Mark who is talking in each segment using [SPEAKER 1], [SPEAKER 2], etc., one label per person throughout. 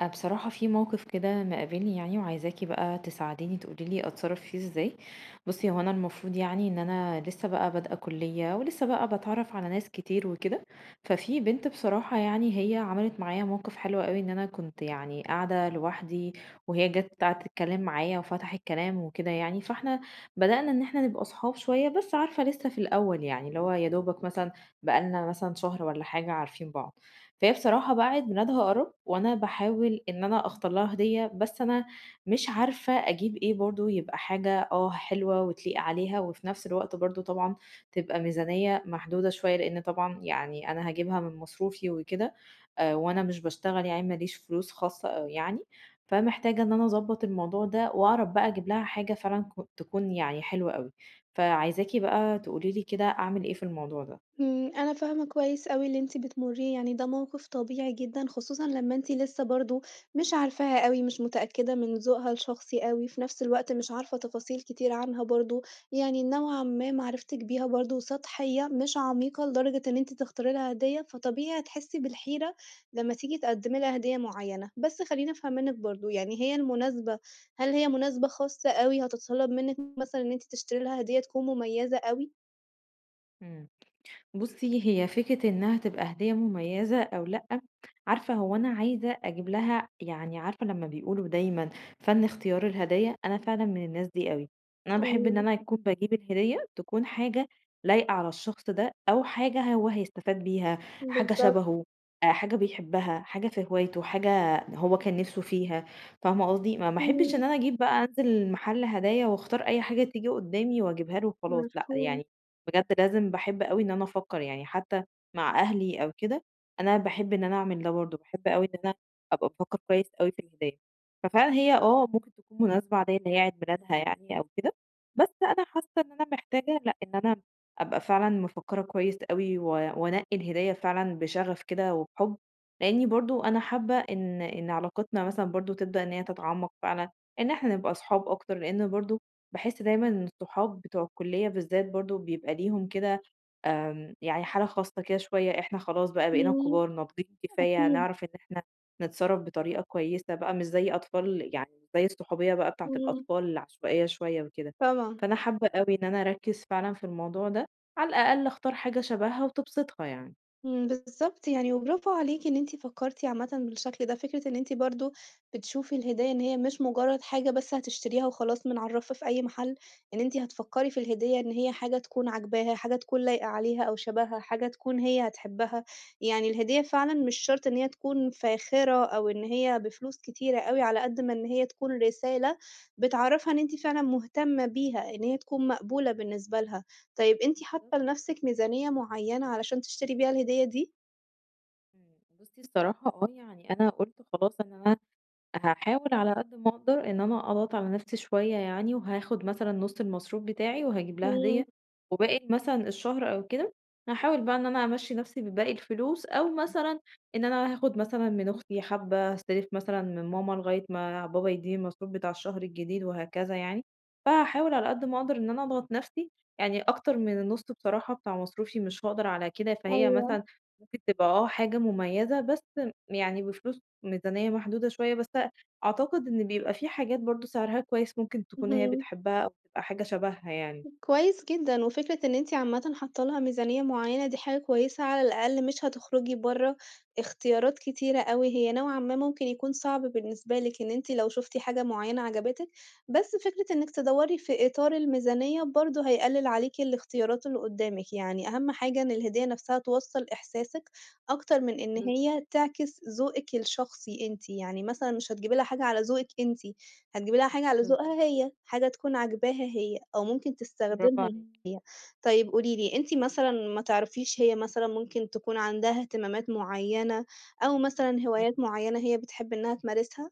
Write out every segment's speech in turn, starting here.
[SPEAKER 1] بصراحة في موقف كده مقابلني، يعني وعايزاكِ بقى تساعديني تقولي لي أتصرّف فيه إزاي. بُصّي، هو أنا المفروض يعني إن أنا لسه بقى بادئة كُلّية ولسه بقى باتعرّف على ناس كتير وكده، ففي بنت بصراحة يعني هي عملت معايا موقف حلو أوي، إن أنا كنت يعني قاعدة لوحدي وهي جات قعدت تتكلّم معايا وفتحت كلام وكده يعني، فإحنا بدأنا إن إحنا نبقى صحاب شوية، بس عارفة لسه في الأول يعني، اللي هو يا دوبك مثلًا بقى لنا مثلًا شهر والّا حاجة عارفين بعض. فهي بصراحة بقى عيد ميلادها قرّب، وأنا باحاول إن أنا أختار لها هدية، بس أنا مش عارفة أجيب إيه، برضه يبقى حاجة حلوة وتليق عليها، وفي نفس الوقت برضه طبعًا تبقى ميزانية محدودة شوية، لإن طبعًا يعني أنا هاجيبها من مصروفي وكده. وأنا مش باشتغل يعني ما ليش فلوس خاصة يعني، فمحتاجة إن أنا أضبّط الموضوع ده وأعرف بقى أجيب لها حاجة فعلًا تكون يعني حلوة أوي، فعايزاكِ بقى تقولي لي كده أعمل إيه في الموضوع ده؟
[SPEAKER 2] أنا فاهمة كويس أوي اللي أنتِ بتمُرّيه، يعني ده موقِف طبيعي جدًا، خصوصًا لمّا أنتِ لسه برضه مش عارفاها أوي، مش متأكدة من ذوقها الشخصي أوي، في نفس الوقت مش عارفة تفاصيل كتير عنها برضه، يعني نوعًا ما معرفتِك بيها برضه سطحية، مش عميقة لدرجة إن أنتِ تختاري لها هدية، فطبيعي هتحسّي بالحيرة لمّا تيجي تقدّمي لها هدية معيّنة. بس خلّيني أفهم منِّك برضه، يعني هي المناسبة هل هي مناسبة خاصة أوي هتتطلب منِّك مثلًا إن أنتِ تشتري لها هدية تكون مميّزة أوي؟
[SPEAKER 1] إمم. بُصّي، هي فكرة إنها تبقى هدية مميزة أو لأ، عارفة هو أنا عايزة أجيب لها، يعني عارفة لمّا بيقولوا دايمًا فَن اختيار الهدايا، أنا فعلًا من الناس دي أوي. أنا باحب إن
[SPEAKER 2] أيوه،
[SPEAKER 1] أنا أكون باجيب الهدية تكون حاجة لايقة على الشخص ده، أو حاجة هو هيستفاد بيها، حاجة
[SPEAKER 2] بالضبط.
[SPEAKER 1] شبهه، حاجة بيحبها، حاجة في هوايته، حاجة هو كان نِفْسه فيها، فاهمة قصدي؟ ما أحبش
[SPEAKER 2] إمم،
[SPEAKER 1] إن أنا أجيب بقى أنزل محل هدايا واختار أي حاجة تيجي قدّامي واجيبها له وخلاص، لأ
[SPEAKER 2] مفهوم،
[SPEAKER 1] يعني، بجد لازم باحب أوي إن أنا أفكّر، يعني حتى مع أهلي أو كده، أنا باحب إن أنا أعمل ده برضه، باحب أوي إن أنا أبقى بافكّر كويس أوي في الهدايا. ففعلًا هي ممكن تكون مناسبة عليَّ إن هي عيد ميلادها يعني أو كده، بس أنا حاسة إن أنا محتاجة، لأ، إن أنا أبقى فعلًا مفكّرة كويس أوي وأنقّي الهدية فعلًا بشغف كده وبحُب، لإني برضه أنا حابة إن علاقتنا مثلًا برضه تبدأ إن هي تتعمّق فعلًا، إن إحنا نبقى صحاب أكتر، لإن برضه باحس دايمًا إن الصحاب بتوع الكلية بالذات برضه بيبقى ليهم كده يعني حالة خاصة كده شوية، إحنا خلاص بقى بقينا
[SPEAKER 2] إمم،
[SPEAKER 1] كبار ناضجين كفاية،
[SPEAKER 2] أكيد،
[SPEAKER 1] نعرف إن إحنا نتصرّف بطريقة كويسة بقى، مش زي أطفال يعني، مش زي الصحوبية بقى بتاعة
[SPEAKER 2] إمم،
[SPEAKER 1] الأطفال العشوائية شوية وكده.
[SPEAKER 2] طبعًا.
[SPEAKER 1] فأنا حابة أوي إن أنا أركّز فعلًا في الموضوع ده، على الأقل أختار حاجة شبهها وتبسطها يعني.
[SPEAKER 2] بالضبط يعني، وبرافو عليكِ إن أنتِ فكّرتِ عامةً بالشكل ده، فكرة إن أنتِ برضه بتشوفي الهدايا إن هي مش مجرّد حاجة بس هتشتريها وخلاص من على الرَّف في أي محل، إن أنتِ هتفكّري في الهدية إن هي حاجة تكون عاجباها، حاجة تكون لايقة عليها أو شبهها، حاجة تكون هي هتحبها، يعني الهدية فعلًا مش شرط إن هي تكون فاخرة أو إن هي بفلوس كتيرة أوي، على قد ما إن هي تكون رسالة بتعرّفها إن أنتِ فعلًا مهتمة بيها، إن هي تكون مقبولة بالنسبة لها. طيب أنتِ
[SPEAKER 1] بالضبط.
[SPEAKER 2] حاطة لنَفْسِك ميزانية معيّنة علشان تشتري بيها الهدية دي؟
[SPEAKER 1] بُصّي الصراحة، يعني أنا قُلت خلاص إن أنا هاحاول على قد ما أقدر إن أنا أضغط على نفسي شوية يعني، وهاخد مثلًا نُص المصروف بتاعي وهاجيب لها
[SPEAKER 2] إمم،
[SPEAKER 1] هدية، وباقي مثلًا الشهر أو كده هاحاول بقى إن أنا أمشّي نفسي بباقي الفلوس، أو مثلًا إن أنا هاخد مثلًا من أختي حبّة، هاستلف مثلًا من ماما لغاية ما بابا يدّيني المصروف بتاع الشهر الجديد وهكذا يعني. فهاحاول على قد ما أقدر إن أنا أضغط نفسي، يعني أكتر من النُص بصراحة بتاع مصروفي مش هاقدر على كده، فهي
[SPEAKER 2] أيوه،
[SPEAKER 1] مثلًا ممكن تبقى حاجة مميزة، بس يعني بفلوس ميزانية محدودة شوية، بس أعتقد إن بيبقى في حاجات برضه سعرها كويس، ممكن تكون هي
[SPEAKER 2] اهم.
[SPEAKER 1] بتحبها أو تبقى حاجة شبهها يعني.
[SPEAKER 2] كويس جدًا، وفكرة إن أنتِ عامةً حاطة لها ميزانية معيّنة دي حاجة كويسة، على الأقل مش هتخرجي برّه اختيارات كتيرة أوي، هي نوعًا ما ممكن يكون صعب بالنسبة لِك إن أنتِ لو شُفتِ حاجة معيّنة عجبتِك، بس فكرة إنِّك تدوّري في إطار الميزانية برضه هيقلل عليكِ الاختيارات اللي قدّامِك، يعني أهم حاجة إن الهدية نفسها توصّل إحساسِك أكتر من إن
[SPEAKER 1] بالض
[SPEAKER 2] هي تعكس ذوقِك الشخصي أنتِ، يعني مثلًا مش هتجيبي لها حاجة على ذوقِك أنتِ، هتجيبي لها حاجة على
[SPEAKER 1] بالضبط،
[SPEAKER 2] ذوقها هي، حاجة تكون عاجباها هي، أو ممكن
[SPEAKER 1] برافو
[SPEAKER 2] تستخدمها
[SPEAKER 1] عليكِ.
[SPEAKER 2] هي. طيب قولي لي، أنتِ مثلًا ما تعرفيش هي مثلًا ممكن تكون عندها اهتمامات معيّنة، أو مثلًا
[SPEAKER 1] إمم.
[SPEAKER 2] هوايات معيّنة هي بتحب إنها تمارسها؟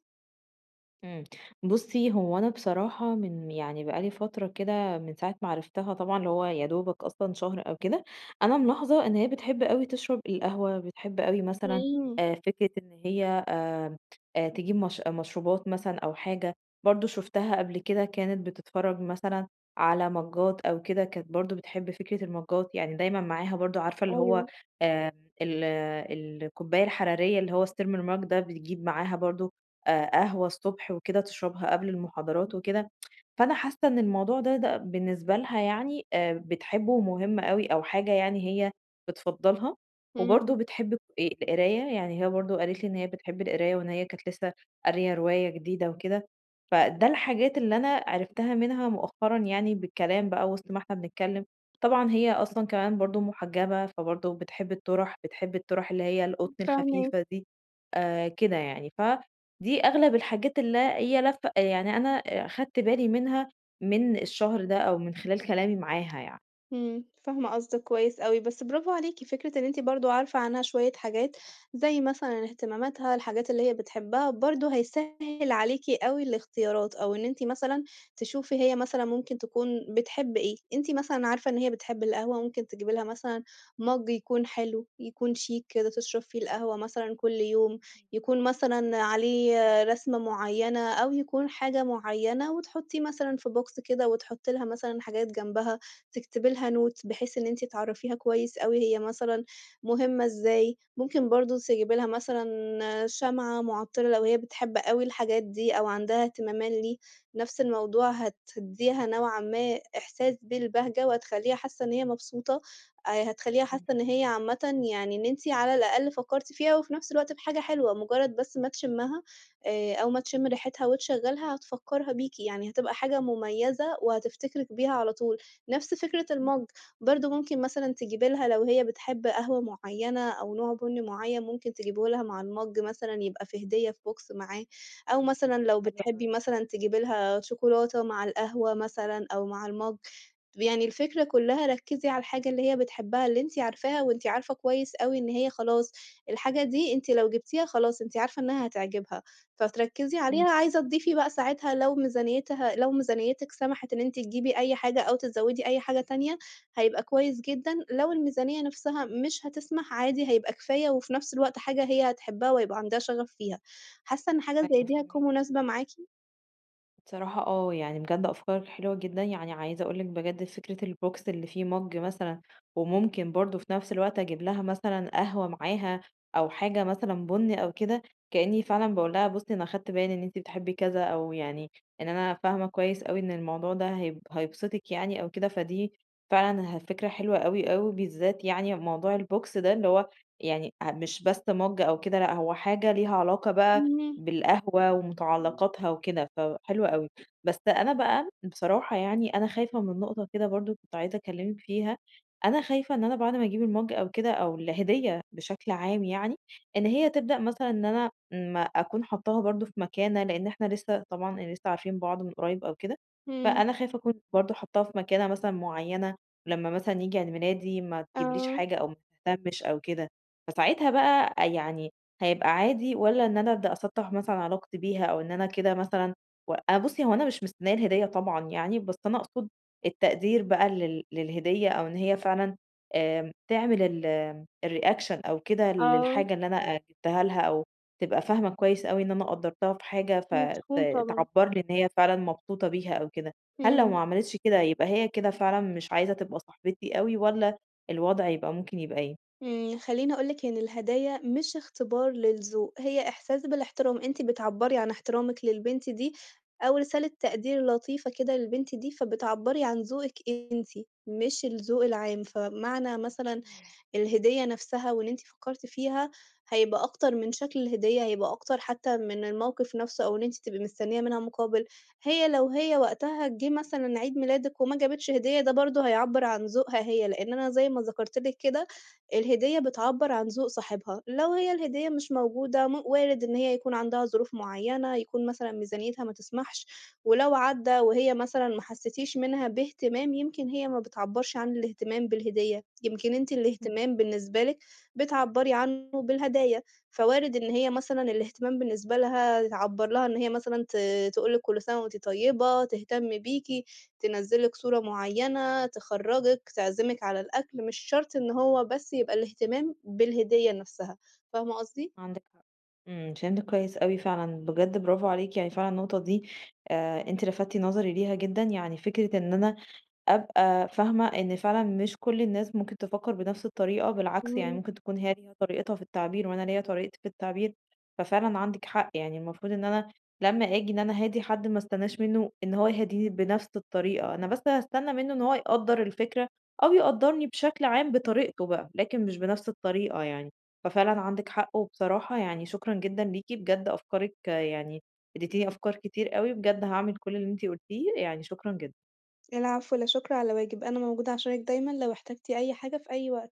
[SPEAKER 1] إمم. بُصّي، هو أنا بصراحة من يعني بقى لي فترة كده، من ساعة ما عرفتها طبعًا اللي هو يا دوبك أصلًا شهر أو كده، أنا ملاحظة إن هي بتحب أوي تشرب القهوة، بتحب أوي مثلًا
[SPEAKER 2] إمم،
[SPEAKER 1] فكرة إن هي تجيب مش مشروبات مثلًا أو حاجة، برضه شُفتها قبل كده كانت بتتفرّج مثلًا على مجّات أو كده، كانت برضه بتحب فكرة المجّات، يعني دايمًا معاها، برضه عارفة اللي هو
[SPEAKER 2] أيوه،
[SPEAKER 1] آآ ال الكوباية الحرارية اللي هو الthermal mug ده، بتجيب معاها برضه قهوة الصبح وكده تشربها قبل المحاضرات وكده، فأنا حاسة إن الموضوع ده بالنسبة لها يعني بتحبه ومهم أوي، أو حاجة يعني هي بتفضّلها،
[SPEAKER 2] إمم،
[SPEAKER 1] وبرضه بتحب القراية، يعني هي برضه قالت لي إن هي بتحب القراية، وإن هي كانت لسه قارية رواية جديدة وكده، فده الحاجات اللي أنا عرفتها منها مؤخرًا، يعني بالكلام بقى وسط ما إحنا بنتكلم، طبعًا هي أصلًا كمان برضه محجبة، فبرضه بتحب الطُرَح، بتحب الطُرَح اللي هي القطن
[SPEAKER 2] فاهماكِ.
[SPEAKER 1] الخفيفة دي، كده يعني، دي أغلب الحاجات اللي هي لفة، يعني أنا أخدت بالي منها من الشهر ده أو من خلال كلامي معاها يعني.
[SPEAKER 2] فاهمة قصدِك كويس أوي، بس برافو عليكِ، فكرة إن أنتِ برضه عارفة عنها شوية حاجات، زي مثلًا اهتماماتها، الحاجات اللي هي بتحبها، برضه هيسهّل عليكِ أوي الاختيارات، أو إن أنتِ مثلًا تشوفي هي مثلًا ممكن تكون بتحب إيه، أنتِ مثلًا عارفة إن هي بتحب القهوة، ممكن تجيبي لها مثلًا مَج يكون حلو، يكون شيك كده تشرب فيه القهوة مثلًا كل يوم، يكون مثلًا عليه رسمة معيّنة، أو يكون حاجة معيّنة، وتحطيه مثلًا في box كده، وتحطي لها مثلًا حاجات جنبها. تكتبي لها note بحيث إن أنتِ تعرّفيها كويس أوي هي مثلًا مهمة إزاي، ممكن برضه تجيبي لها مثلًا شمعة معطّلة لو هي بتحب أوي الحاجات دي أو عندها اهتمامان ليه، نفس الموضوع هتدّيها نوعًا ما إحساس بالبهجة وهتخلّيها حاسة إن هي مبسوطة، هتخلّيها حاسة
[SPEAKER 1] إمم.
[SPEAKER 2] إن هي عامةً يعني إن أنتِ على الأقل فكّرتِ فيها وفي نفس الوقت بحاجة حلوة، مجرّد بس ما تشمّها أو ما تشم ريحتها وتشغّلها هتفكّرها بيكِ، يعني هتبقى حاجة مميزة وهتفتكرِك بيها على طول. نفس فكرة
[SPEAKER 1] إمم.
[SPEAKER 2] المَج، برضه ممكن مثلًا تجيبي لها لو هي بتحب قهوة معيّنة أو نوع بُن معيّن ممكن تجيبيه لها مع المَج مثلًا يبقى في هدية في box معاه، أو مثلًا لو
[SPEAKER 1] حلو
[SPEAKER 2] بتحبي
[SPEAKER 1] أوي.
[SPEAKER 2] مثلًا تجيبي لها شوكولاتة مع القهوة مثلًا أو مع المَج، يعني الفكرة كلّها ركّزي على الحاجة اللي هي بتحبها، اللي أنتِ عارفاها وأنتِ عارفة كويس أوي إن هي خلاص الحاجة دي أنتِ لو جبتيها خلاص أنتِ عارفة إنها هتعجبها. فتركّزي
[SPEAKER 1] إمم.
[SPEAKER 2] عليها، عايزة تضيفي بقى ساعتها لو ميزانيتها لو ميزانيتِك سمحت إن أنتِ تجيبي أي حاجة أو تزوّدي أي حاجة تانية، هيبقى كويس جدًا، لو الميزانية نَفْسها مش هتسمح عادي هيبقى كفاية وفي نَفْس الوقت حاجة هي هتحبها وهيبقى عندها شغف فيها. حاسة إن حاجة زي
[SPEAKER 1] أيوه،
[SPEAKER 2] دي هتكون
[SPEAKER 1] فاهماكِ.
[SPEAKER 2] مناسبة معاكِ؟
[SPEAKER 1] بصراحة يعني بجد أفكارك حلوة جدا، يعني عايزة أقولك بجد، فكرة البوكس اللي فيه مج مثلا، وممكن برضو في نفس الوقت أجيب لها مثلا قهوة معاها، أو حاجة مثلا بني أو كده، كأني فعلا بقول لها بصي، أنا خدت بالي إن أنتي بتحبي كذا، أو يعني إن أنا فاهمة كويس أوي إن الموضوع ده هيبسطك يعني أو كده، فدي فعلا فكرة حلوة أوي أوي، بالذات يعني موضوع البوكس ده، اللي هو يعني مش بس مج أو كده، لأ، هو حاجة ليها علاقة بقى
[SPEAKER 2] إمم،
[SPEAKER 1] بالقهوة ومتعلقاتها وكده، فحلو أوي. بس أنا بقى بصراحة يعني أنا خايفة من نقطة كده برضه كنت عايزة أكلمِك فيها، أنا خايفة إن أنا بعد ما أجيب المَج أو كده أو الهدية بشكل عام يعني، إن هي تبدأ مثلًا إن أنا ما أكون حاطاها برضه في مكانة، لإن إحنا لسه طبعًا لسه عارفين بعض من قريب أو كده،
[SPEAKER 2] إمم،
[SPEAKER 1] فأنا خايفة أكون برضه حاطاها في مكانة مثلًا معينة، ولمّا مثلًا ييجي عيد ميلادي ما تجيبليش
[SPEAKER 2] آه،
[SPEAKER 1] حاجة، أو ما تهتمش أو كده، فساعتها بقى يعني هيبقى عادي، والّا إن أنا أبدأ أسطّح مثلًا علاقتي بيها، أو إن أنا كده مثلًا أنا، بُصّي، هو أنا مش مستنية الهدية طبعًا يعني، بس أنا أقصد التقدير بقى للهدية، أو إن هي فعلًا تعمل الreaction أو كده
[SPEAKER 2] آه،
[SPEAKER 1] للحاجة اللي أنا جِبتها لها، أو تبقى فاهمة كويس أوي إن أنا قدّرتها في حاجة،
[SPEAKER 2] مفهوم طبعًا،
[SPEAKER 1] تعبّر لي إن هي فعلًا مبسوطة بيها أو كده. هل لو
[SPEAKER 2] إمم.
[SPEAKER 1] ما عملتش كده يبقى هي كده فعلًا مش عايزة تبقى صاحبتي أوي، والّا الوضع يبقى ممكن يبقى إيه؟
[SPEAKER 2] خلّيني أقول لِك إن الهدايا مش اختبار للذوق، هي إحساس بالاحترام، أنتِ بتعبّري عن احترامِك للبنت دي، أو رسالة تقدير لطيفة كده للبنت دي، فبتعبّري عن ذوقِك أنتِ، مش الذوق العام، فمعنى مثلًا الهدية نفسها وإن أنتِ فكرتِ فيها، هيبقى أكتر من شكل الهدية، هيبقى أكتر حتى من الموقف نفسه أو إن أنتِ تبقي مستنية منها مقابل. هي لو هي وقتها جه مثلًا عيد ميلادِك وما جابتش هدية، ده برضه هيعبّر عن ذوقها هي، لإن أنا زي ما ذكرت لِك كده، الهدية بتعبّر عن ذوق صاحبها. لو هي الهدية مش موجودة، وارد إن هي يكون عندها ظروف معينة، يكون مثلًا ميزانيتها ما تسمحش، ولو عدّى وهي مثلًا ما حسيتيش منها باهتمام، يمكن هي ما بتعبّرش عن الاهتمام بالهدية. يمكن أنتِ الاهتمام بالنسبة لِك بتعبّري عنه بالهدايا، فوارد إن هي مثلًا الاهتمام بالنسبة لها تعبّر لها إن هي مثلًا تقول لِك كل سنة وأنتِ طيبة، تهتم بيكِ، تنزّل لِك صورة معيّنة، تخرّجِك، تعزمِك على الأكل، مش شرط إن هو بس يبقى الاهتمام بالهدية نفسها، فاهمة قصدي؟
[SPEAKER 1] عندِك حق. فهمتِك كويس أوي فعلًا، بجد برافو عليكِ، يعني فعلًا النقطة دي أنتِ لفتتِ نظري ليها جدًا، يعني فكرة إن أنا أبقى فاهمة إن فعلًا مش كل الناس ممكن تفكّر بنفس الطريقة، بالعكس يعني
[SPEAKER 2] إمم،
[SPEAKER 1] ممكن تكون هي ليها طريقتها في التعبير وأنا ليّا طريقتي في التعبير، ففعلًا عندِك حق، يعني المفروض إن أنا لمّا آجي إن أنا أهادي حد ما استناش منّه إن هو يهاديني بنفس الطريقة، أنا بس هاستنى منّه إن هو يقدّر الفكرة، أو يقدّرني بشكل عام بطريقته بقى، لكن مش بنفس الطريقة يعني، ففعلًا عندِك حق، وبصراحة يعني شكرًا جدًا ليكِ، بجد أفكارِك يعني اديتيني أفكار كتير أوي، بجد هاعمل كل اللي أنتِ قُلتيه، يعني شكرًا جدًا.
[SPEAKER 2] العفو، لا شكر على واجب، أنا موجودة عشانِك دايمًا لو احتجتِ أي حاجة في أي وقت.